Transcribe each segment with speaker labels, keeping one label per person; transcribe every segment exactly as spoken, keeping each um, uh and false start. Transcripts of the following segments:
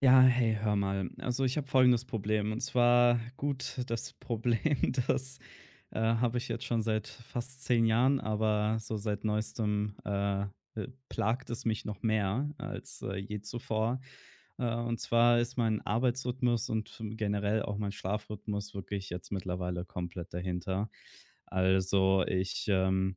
Speaker 1: Ja, hey, hör mal. Also ich habe folgendes Problem. Und zwar gut, das Problem, das äh, habe ich jetzt schon seit fast zehn Jahren, aber so seit neuestem äh, äh, plagt es mich noch mehr als äh, je zuvor. Äh, und zwar ist mein Arbeitsrhythmus und generell auch mein Schlafrhythmus wirklich jetzt mittlerweile komplett dahinter. Also ich ähm,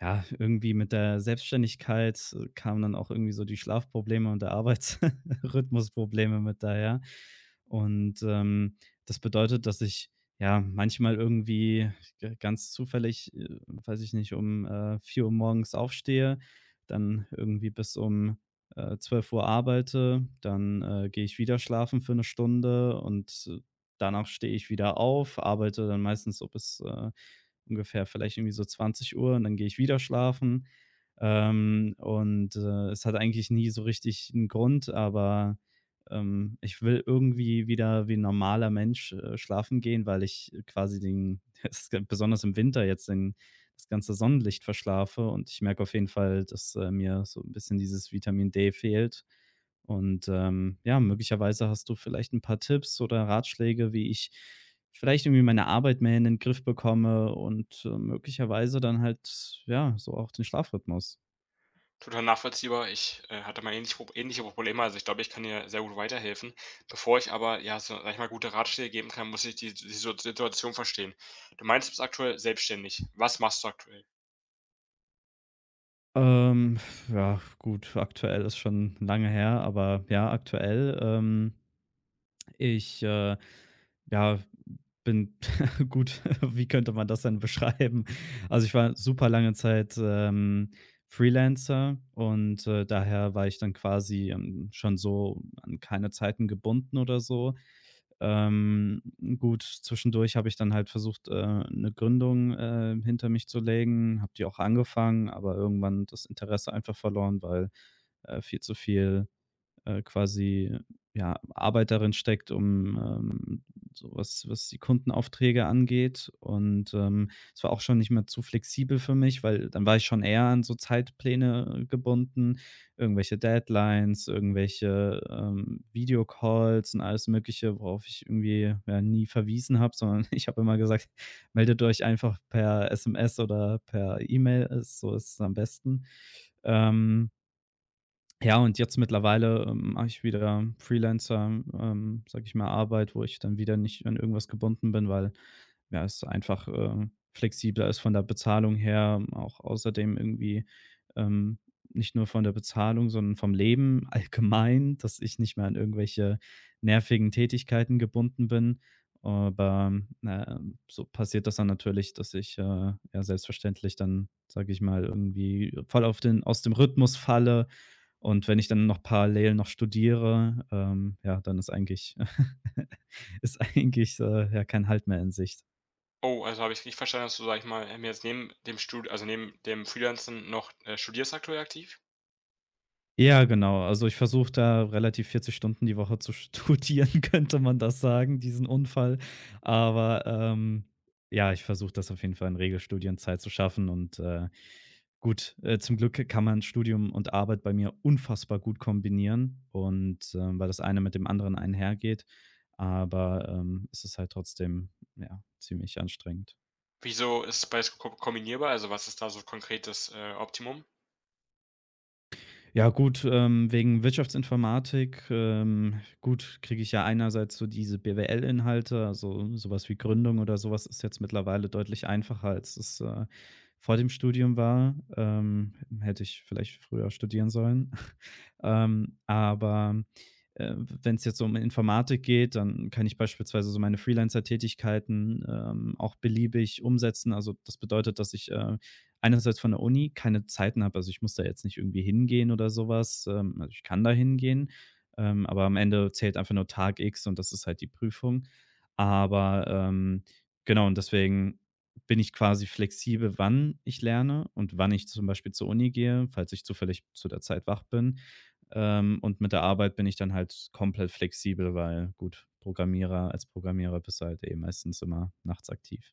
Speaker 1: ja, irgendwie mit der Selbstständigkeit, äh, kamen dann auch irgendwie so die Schlafprobleme und der Arbeitsrhythmusprobleme mit daher. Und, ähm, das bedeutet, dass ich, ja, manchmal irgendwie g ganz zufällig, äh, weiß ich nicht, um, äh, vier Uhr morgens aufstehe, dann irgendwie bis um, äh, zwölf Uhr arbeite, dann, äh, gehe ich wieder schlafen für eine Stunde und äh, danach stehe ich wieder auf, arbeite dann meistens so bis, äh, ungefähr vielleicht irgendwie so zwanzig Uhr und dann gehe ich wieder schlafen. Ähm, und, äh, es hat eigentlich nie so richtig einen Grund, aber, ähm, ich will irgendwie wieder wie 'n normaler Mensch, äh, schlafen gehen, weil ich quasi den das g besonders im Winter jetzt den das ganze Sonnenlicht verschlafe und ich merke auf jeden Fall, dass, äh, mir so ein bisschen dieses Vitamin D fehlt. Und, ähm, ja, möglicherweise hast du vielleicht ein paar Tipps oder Ratschläge, wie ich vielleicht irgendwie meine Arbeit mehr in den Griff bekomme und, äh, möglicherweise dann halt, ja, so auch den Schlafrhythmus.
Speaker 2: Total nachvollziehbar. Ich, äh, hatte mal ähnliche Pro ähnliche Probleme. Also, ich glaube, ich kann dir sehr gut weiterhelfen. Bevor ich aber, ja, so sage ich mal, gute Ratschläge geben kann, muss ich die die Situ Situation verstehen. Du meinst, du bist aktuell selbstständig. Was machst du aktuell?
Speaker 1: Ähm, ja, gut, aktuell ist schon lange her, aber ja, aktuell, ähm, ich, äh ja, bin gut, wie könnte man das denn beschreiben? Also, ich war super lange Zeit, ähm, Freelancer und, äh, daher war ich dann quasi, ähm, schon so an keine Zeiten gebunden oder so. Ähm, gut, zwischendurch habe ich dann halt versucht, äh, 'ne Gründung, äh, hinter mich zu legen, habe die auch angefangen, aber irgendwann das Interesse einfach verloren, weil, äh, viel zu viel äh, quasi, ja, Arbeit darin steckt, um, ähm, so was was die Kundenaufträge angeht. Und, ähm, es war auch schon nicht mehr zu flexibel für mich, weil dann war ich schon eher an so Zeitpläne gebunden, irgendwelche Deadlines, irgendwelche, ähm, Videocalls und alles Mögliche, worauf ich irgendwie, ja, nie verwiesen habe, sondern ich habe immer gesagt: „Meldet euch einfach per S M S oder per E-Mail, ist so ist es am besten.“ Ähm ja, und jetzt mittlerweile, ähm, mache ich wieder Freelancer, ähm, sage ich mal, Arbeit, wo ich dann wieder nicht an irgendwas gebunden bin, weil, ja, es einfach, ähm, flexibler ist von der Bezahlung her, ähm, auch außerdem irgendwie, ähm, nicht nur von der Bezahlung, sondern vom Leben allgemein, dass ich nicht mehr an irgendwelche nervigen Tätigkeiten gebunden bin. Aber, na, so passiert das dann natürlich, dass ich, äh, ja, selbstverständlich dann, sage ich mal, irgendwie voll auf den aus dem Rhythmus falle und wenn ich dann noch parallel noch studiere, ähm, ja, dann ist eigentlich ist eigentlich, äh, ja, kein Halt mehr in Sicht.
Speaker 2: Oh, also, habe ich richtig verstanden, dass du, sage ich mal, ähm, jetzt neben dem Stud also, neben dem Freelancen noch, äh, studierst aktuell aktiv?
Speaker 1: Ja, genau. Also, ich versuche da relativ vierzig Stunden die Woche zu studieren, könnte man das sagen, diesen Unfall. Aber, ähm, ja, ich versuche das auf jeden Fall in Regelstudienzeit zu schaffen und, äh gut, äh, zum Glück kann man Studium und Arbeit bei mir unfassbar gut kombinieren und, ähm, weil das eine mit dem anderen einhergeht, aber, ähm, es ist halt trotzdem, ja, ziemlich anstrengend.
Speaker 2: Wieso ist beides ko kombinierbar? Also, was ist da so konkretes äh, Optimum?
Speaker 1: Ja gut, ähm, wegen Wirtschaftsinformatik, ähm, gut, kriege ich ja einerseits so diese B W L-Inhalte, also sowas wie Gründung oder sowas ist jetzt mittlerweile deutlich einfacher, als es äh, vor dem Studium war. Ähm, hätte ich vielleicht früher studieren sollen. ähm, aber äh, wenn es jetzt so um Informatik geht, dann kann ich beispielsweise so meine Freelancer-Tätigkeiten ähm, auch beliebig umsetzen. Also das bedeutet, dass ich äh, einerseits von der Uni keine Zeiten habe. Also, ich muss da jetzt nicht irgendwie hingehen oder sowas. Ähm, also, ich kann da hingehen, ähm, aber am Ende zählt einfach nur Tag X und das ist halt die Prüfung. Aber, ähm, genau und deswegen bin ich quasi flexibel, wann ich lerne und wann ich zum Beispiel zur Uni gehe, falls ich zufällig zu der Zeit wach bin. Ähm, und mit der Arbeit bin ich dann halt komplett flexibel, weil gut, Programmierer als Programmierer bist du halt eh meistens immer nachts aktiv.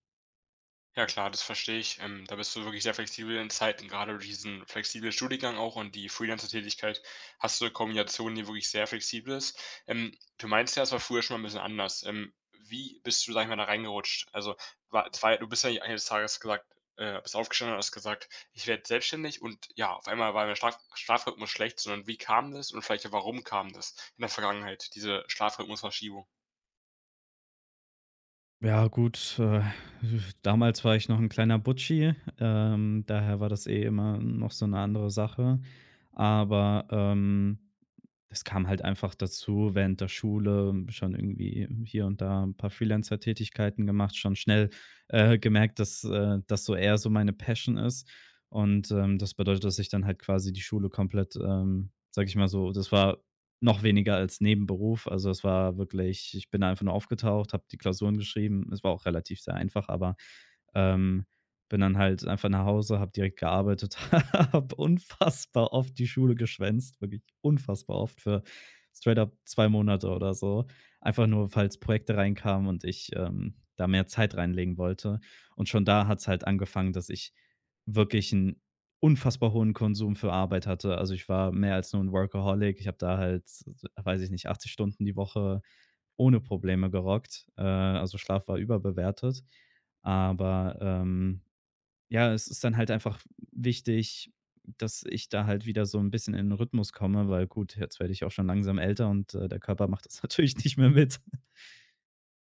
Speaker 2: Ja klar, das verstehe ich. Ähm, da bist du wirklich sehr flexibel in Zeiten, gerade durch diesen flexiblen Studiengang auch, und die Freelancer-Tätigkeit hast du eine Kombination, die wirklich sehr flexibel ist. Ähm, du meinst ja, es war früher schon mal ein bisschen anders. Ähm, wie bist du, sage ich mal, da reingerutscht? Also, war das war ja, du bist ja nicht eines Tages gesagt äh, bist aufgestanden und hast gesagt: „Ich werde selbstständig“, und ja, auf einmal war mein Schlaf Schlafrhythmus schlecht, sondern wie kam das, und vielleicht auch warum kam das in der Vergangenheit, diese Schlafrhythmusverschiebung?
Speaker 1: Ja gut, äh, damals war ich noch ein kleiner Butschi, ähm, daher war das eh immer noch so 'ne andere Sache. Aber, ähm das kam halt einfach dazu während der Schule, schon irgendwie hier und da ein paar Freelancer-Tätigkeiten gemacht, schon schnell, äh, gemerkt, dass, äh, das so eher so meine Passion ist. Und, ähm, das bedeutet, dass ich dann halt quasi die Schule komplett, ähm, sage ich mal so das war noch weniger als Nebenberuf. Also, es war wirklich ich bin einfach nur aufgetaucht, habe die Klausuren geschrieben. Es war auch relativ sehr einfach, aber, ähm bin dann halt einfach nach Hause, habe direkt gearbeitet, habe unfassbar oft die Schule geschwänzt, wirklich unfassbar oft für straight up zwei Monate oder so. Einfach nur, falls Projekte reinkamen und ich, ähm, da mehr Zeit reinlegen wollte. Und schon da hat es halt angefangen, dass ich wirklich einen unfassbar hohen Konsum für Arbeit hatte. Also, ich war mehr als nur ein Workaholic. Ich habe da halt, weiß ich nicht, achtzig Stunden die Woche ohne Probleme gerockt. Äh, also, Schlaf war überbewertet. Aber, ähm ja, es ist dann halt einfach wichtig, dass ich da halt wieder so ein bisschen in 'n Rhythmus komme, weil gut, jetzt werde ich auch schon langsam älter und, äh, der Körper macht das natürlich nicht mehr mit.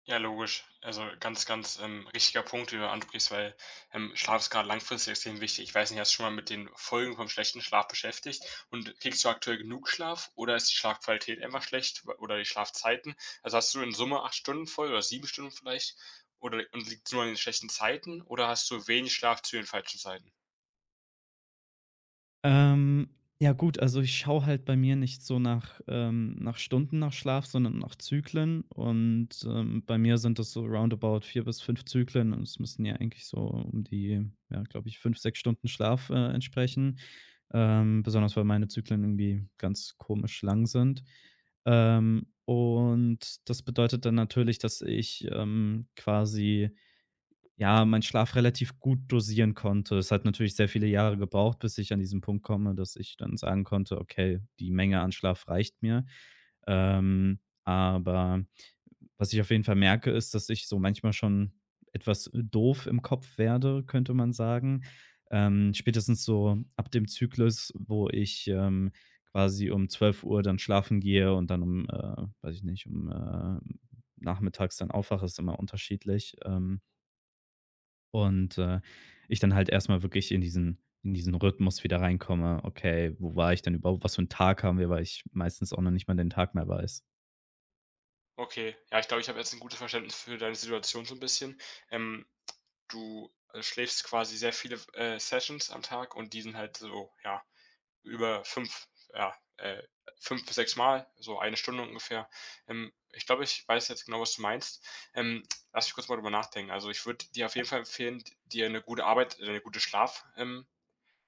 Speaker 2: Ja, logisch. Also ganz, ganz ähm, richtiger Punkt, den du ansprichst, weil ähm, Schlaf ist gerade langfristig extrem wichtig. Ich weiß nicht, hast du schon mal mit den Folgen vom schlechten Schlaf beschäftigt? Und kriegst du aktuell genug Schlaf, oder ist die Schlafqualität einfach schlecht oder die Schlafzeiten? Also hast du in Summe acht Stunden voll oder sieben Stunden vielleicht? Oder und liegt es nur an den schlechten Zeiten, oder hast du wenig Schlaf zu den falschen Zeiten?
Speaker 1: Ähm, ja gut, also ich schaue halt bei mir nicht so nach ähm, nach Stunden nach Schlaf, sondern nach Zyklen und, ähm, bei mir sind das so roundabout vier bis fünf Zyklen und es müssen ja eigentlich so um die, ja, glaube ich, fünf sechs Stunden Schlaf, äh, entsprechen, ähm, besonders weil meine Zyklen irgendwie ganz komisch lang sind. Ähm, und das bedeutet dann natürlich, dass ich, ähm, quasi ja, meinen Schlaf relativ gut dosieren konnte. Es hat natürlich sehr viele Jahre gebraucht, bis ich an diesen Punkt komme, dass ich dann sagen konnte: „Okay, die Menge an Schlaf reicht mir.“ Ähm, aber was ich auf jeden Fall merke, ist, dass ich so manchmal schon etwas doof im Kopf werde, könnte man sagen. Ähm, spätestens so ab dem Zyklus, wo ich, ähm, quasi um zwölf Uhr dann schlafen gehe und dann um, äh weiß ich nicht, um, äh nachmittags dann aufwache, ist immer unterschiedlich. Ähm, und, äh, ich dann halt erst mal wirklich in diesen in diesen Rhythmus wieder reinkomme: „Okay, wo war ich denn überhaupt? Was für 'n Tag haben wir?“ Weil ich meistens auch noch nicht mal den Tag mehr weiß.
Speaker 2: Okay, ja, ich glaube, ich habe jetzt ein gutes Verständnis für deine Situation so ein bisschen. Ähm, du äh, schläfst quasi sehr viele äh, Sessions am Tag, und die sind halt so, ja, über fünf, ja, äh, fünf bis sechs Mal, so eine Stunde ungefähr. Ähm, ich glaube, ich weiß jetzt genau, was du meinst. Ähm, lass mich kurz mal drüber nachdenken. Also ich würde dir auf jeden Fall empfehlen, dir eine gute Arbeit eine gute Schlaf ähm,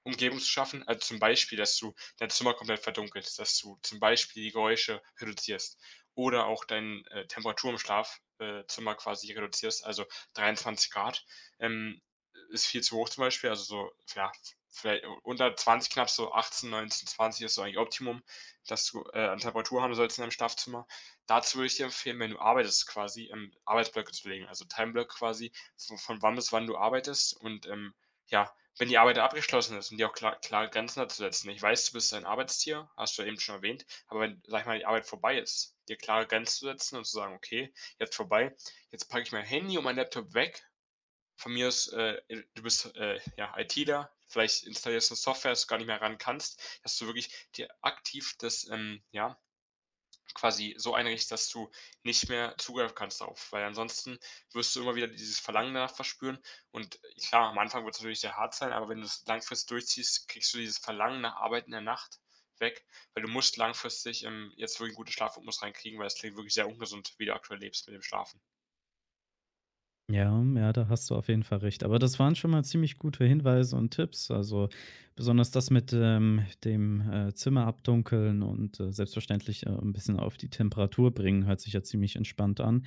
Speaker 2: Umgebung zu schaffen. Also, zum Beispiel, dass du dein Zimmer komplett verdunkelst, dass du zum Beispiel die Geräusche reduzierst oder auch deine äh, Temperatur im Schlafzimmer äh, Zimmer quasi reduzierst, also dreiundzwanzig Grad ähm, ist viel zu hoch zum Beispiel, also so, ja, vielleicht unter zwanzig knapp, so achtzehn, neunzehn, zwanzig ist so eigentlich Optimum, dass du, äh, an Temperatur haben sollst in deinem Schlafzimmer. Dazu würde ich dir empfehlen, wenn du arbeitest quasi, ähm, Arbeitsblöcke zu legen, also Timeblöcke quasi, so von wann bis wann du arbeitest, und, ähm, ja, wenn die Arbeit abgeschlossen ist, sind ja auch klar klare Grenzen da zu setzen. Ich weiß, du bist ein Arbeitstier, hast du ja eben schon erwähnt, aber wenn, sag ich mal, die Arbeit vorbei ist, dir klare Grenzen zu setzen und zu sagen: „Okay, jetzt vorbei, jetzt packe ich mein Handy und meinen Laptop weg.“ Von mir aus, äh, äh, du bist, äh, ja, ITler, vielleicht installierst du 'ne Software, dass du gar nicht mehr ran kannst, dass du wirklich dir aktiv das, ähm, ja, quasi so einrichtest, dass du nicht mehr zugreifen kannst darauf, weil ansonsten wirst du immer wieder dieses Verlangen danach verspüren. Und äh, klar, am Anfang wird es natürlich sehr hart sein, aber wenn du es langfristig durchziehst, kriegst du dieses Verlangen nach Arbeit in der Nacht weg, weil du musst langfristig, ähm, jetzt wirklich 'n guten Schlafrhythmus reinkriegen, weil es klingt wirklich sehr ungesund, wie du aktuell lebst mit dem Schlafen.
Speaker 1: Ja, ja, da hast du auf jeden Fall recht. Aber das waren schon mal ziemlich gute Hinweise und Tipps. Also, besonders das mit, ähm, dem, äh, Zimmer abdunkeln und, äh, selbstverständlich, äh, 'n bisschen auf die Temperatur bringen, hört sich ja ziemlich entspannt an.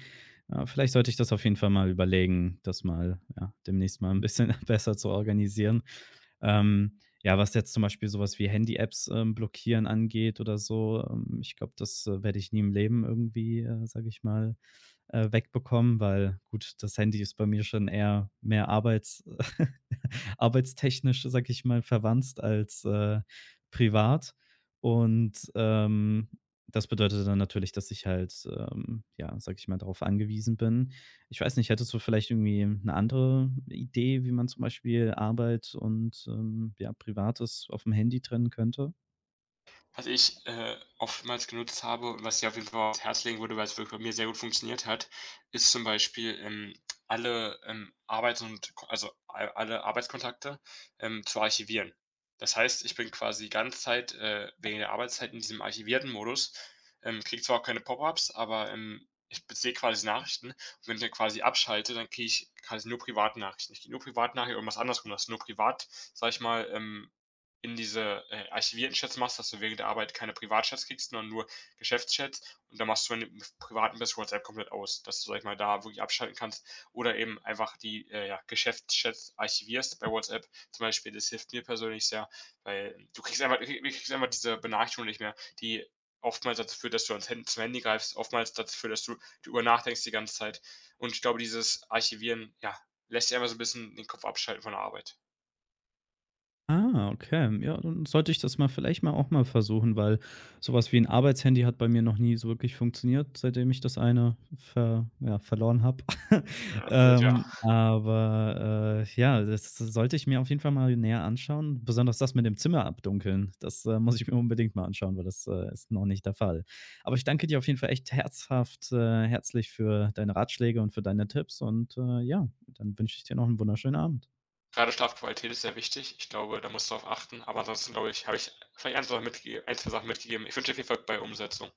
Speaker 1: Äh, vielleicht sollte ich das auf jeden Fall mal überlegen, das mal ja, demnächst mal ein bisschen besser zu organisieren. Ähm, ja, was jetzt zum Beispiel sowas wie Handy-Apps, ähm, blockieren angeht oder so, ähm, ich glaube, das, äh, werde ich nie im Leben irgendwie, äh, sage ich mal, äh, wegbekommen, weil gut, das Handy ist bei mir schon eher mehr arbeits arbeitstechnisch, sage ich mal, verwandt als, äh, privat. Und, ähm, das bedeutet dann natürlich, dass ich halt, ähm, ja, sage ich mal, darauf angewiesen bin. Ich weiß nicht, hättest du vielleicht irgendwie eine andere Idee, wie man zum Beispiel Arbeit und, ähm, ja, Privates auf dem Handy trennen könnte?
Speaker 2: Was ich, äh, oftmals genutzt habe und was ich auf jeden Fall ans Herz legen würde, weil's wirklich bei mir sehr gut funktioniert hat, ist zum Beispiel, ähm, alle, ähm, Arbeits und also a alle Arbeitskontakte, ähm, zu archivieren. Das heißt, ich bin quasi die ganze Zeit, äh, wegen der Arbeitszeit in diesem archivierten Modus, ähm, kriege zwar auch keine Pop-ups, aber, ähm, ich sehe quasi Nachrichten, und wenn ich dann quasi abschalte, dann kriege ich quasi nur private Nachrichten. Ich kriege nur Privatnachrichten, irgendwas andersrum, was nur privat, sage ich mal, ähm, in diese, äh, archivierten Chats machst, dass du während der Arbeit keine Privatchats kriegst, sondern nur Geschäftschats. Und dann machst du, wenn du im Privaten bist, WhatsApp komplett aus, dass du, sag ich mal, da wirklich abschalten kannst. Oder eben einfach die äh, ja, Geschäftschats archivierst bei WhatsApp zum Beispiel. Das hilft mir persönlich sehr, weil du kriegst einfach, du kriegst einfach diese Benachrichtigung nicht mehr, die oftmals dazu führt, dass du ans Hand zum Handy greifst, oftmals dazu führt, dass du darüber nachdenkst die ganze Zeit. Und ich glaube, dieses Archivieren, ja, lässt sich einfach so ein bisschen den Kopf abschalten von der Arbeit.
Speaker 1: Ah, okay. Ja, dann sollte ich das mal vielleicht mal auch mal versuchen, weil sowas wie ein Arbeitshandy hat bei mir noch nie so wirklich funktioniert, seitdem ich das eine ver ja, verloren habe.
Speaker 2: Ja, blöd, ja.
Speaker 1: Ähm, aber, äh, ja, das sollte ich mir auf jeden Fall mal näher anschauen. Besonders das mit dem Zimmer abdunkeln, das, äh, muss ich mir unbedingt mal anschauen, weil das, äh, ist noch nicht der Fall. Aber ich danke dir auf jeden Fall echt herzhaft, äh herzlich für deine Ratschläge und für deine Tipps und, äh, ja, dann wünsche ich dir noch einen wunderschönen Abend.
Speaker 2: Gerade Schlafqualität ist sehr wichtig. Ich glaube, da musst du drauf achten. Aber ansonsten, glaube ich, habe ich vielleicht ein, zwei Sachen Sachen mitgegeben. Ich wünsche dir viel Erfolg bei der Umsetzung.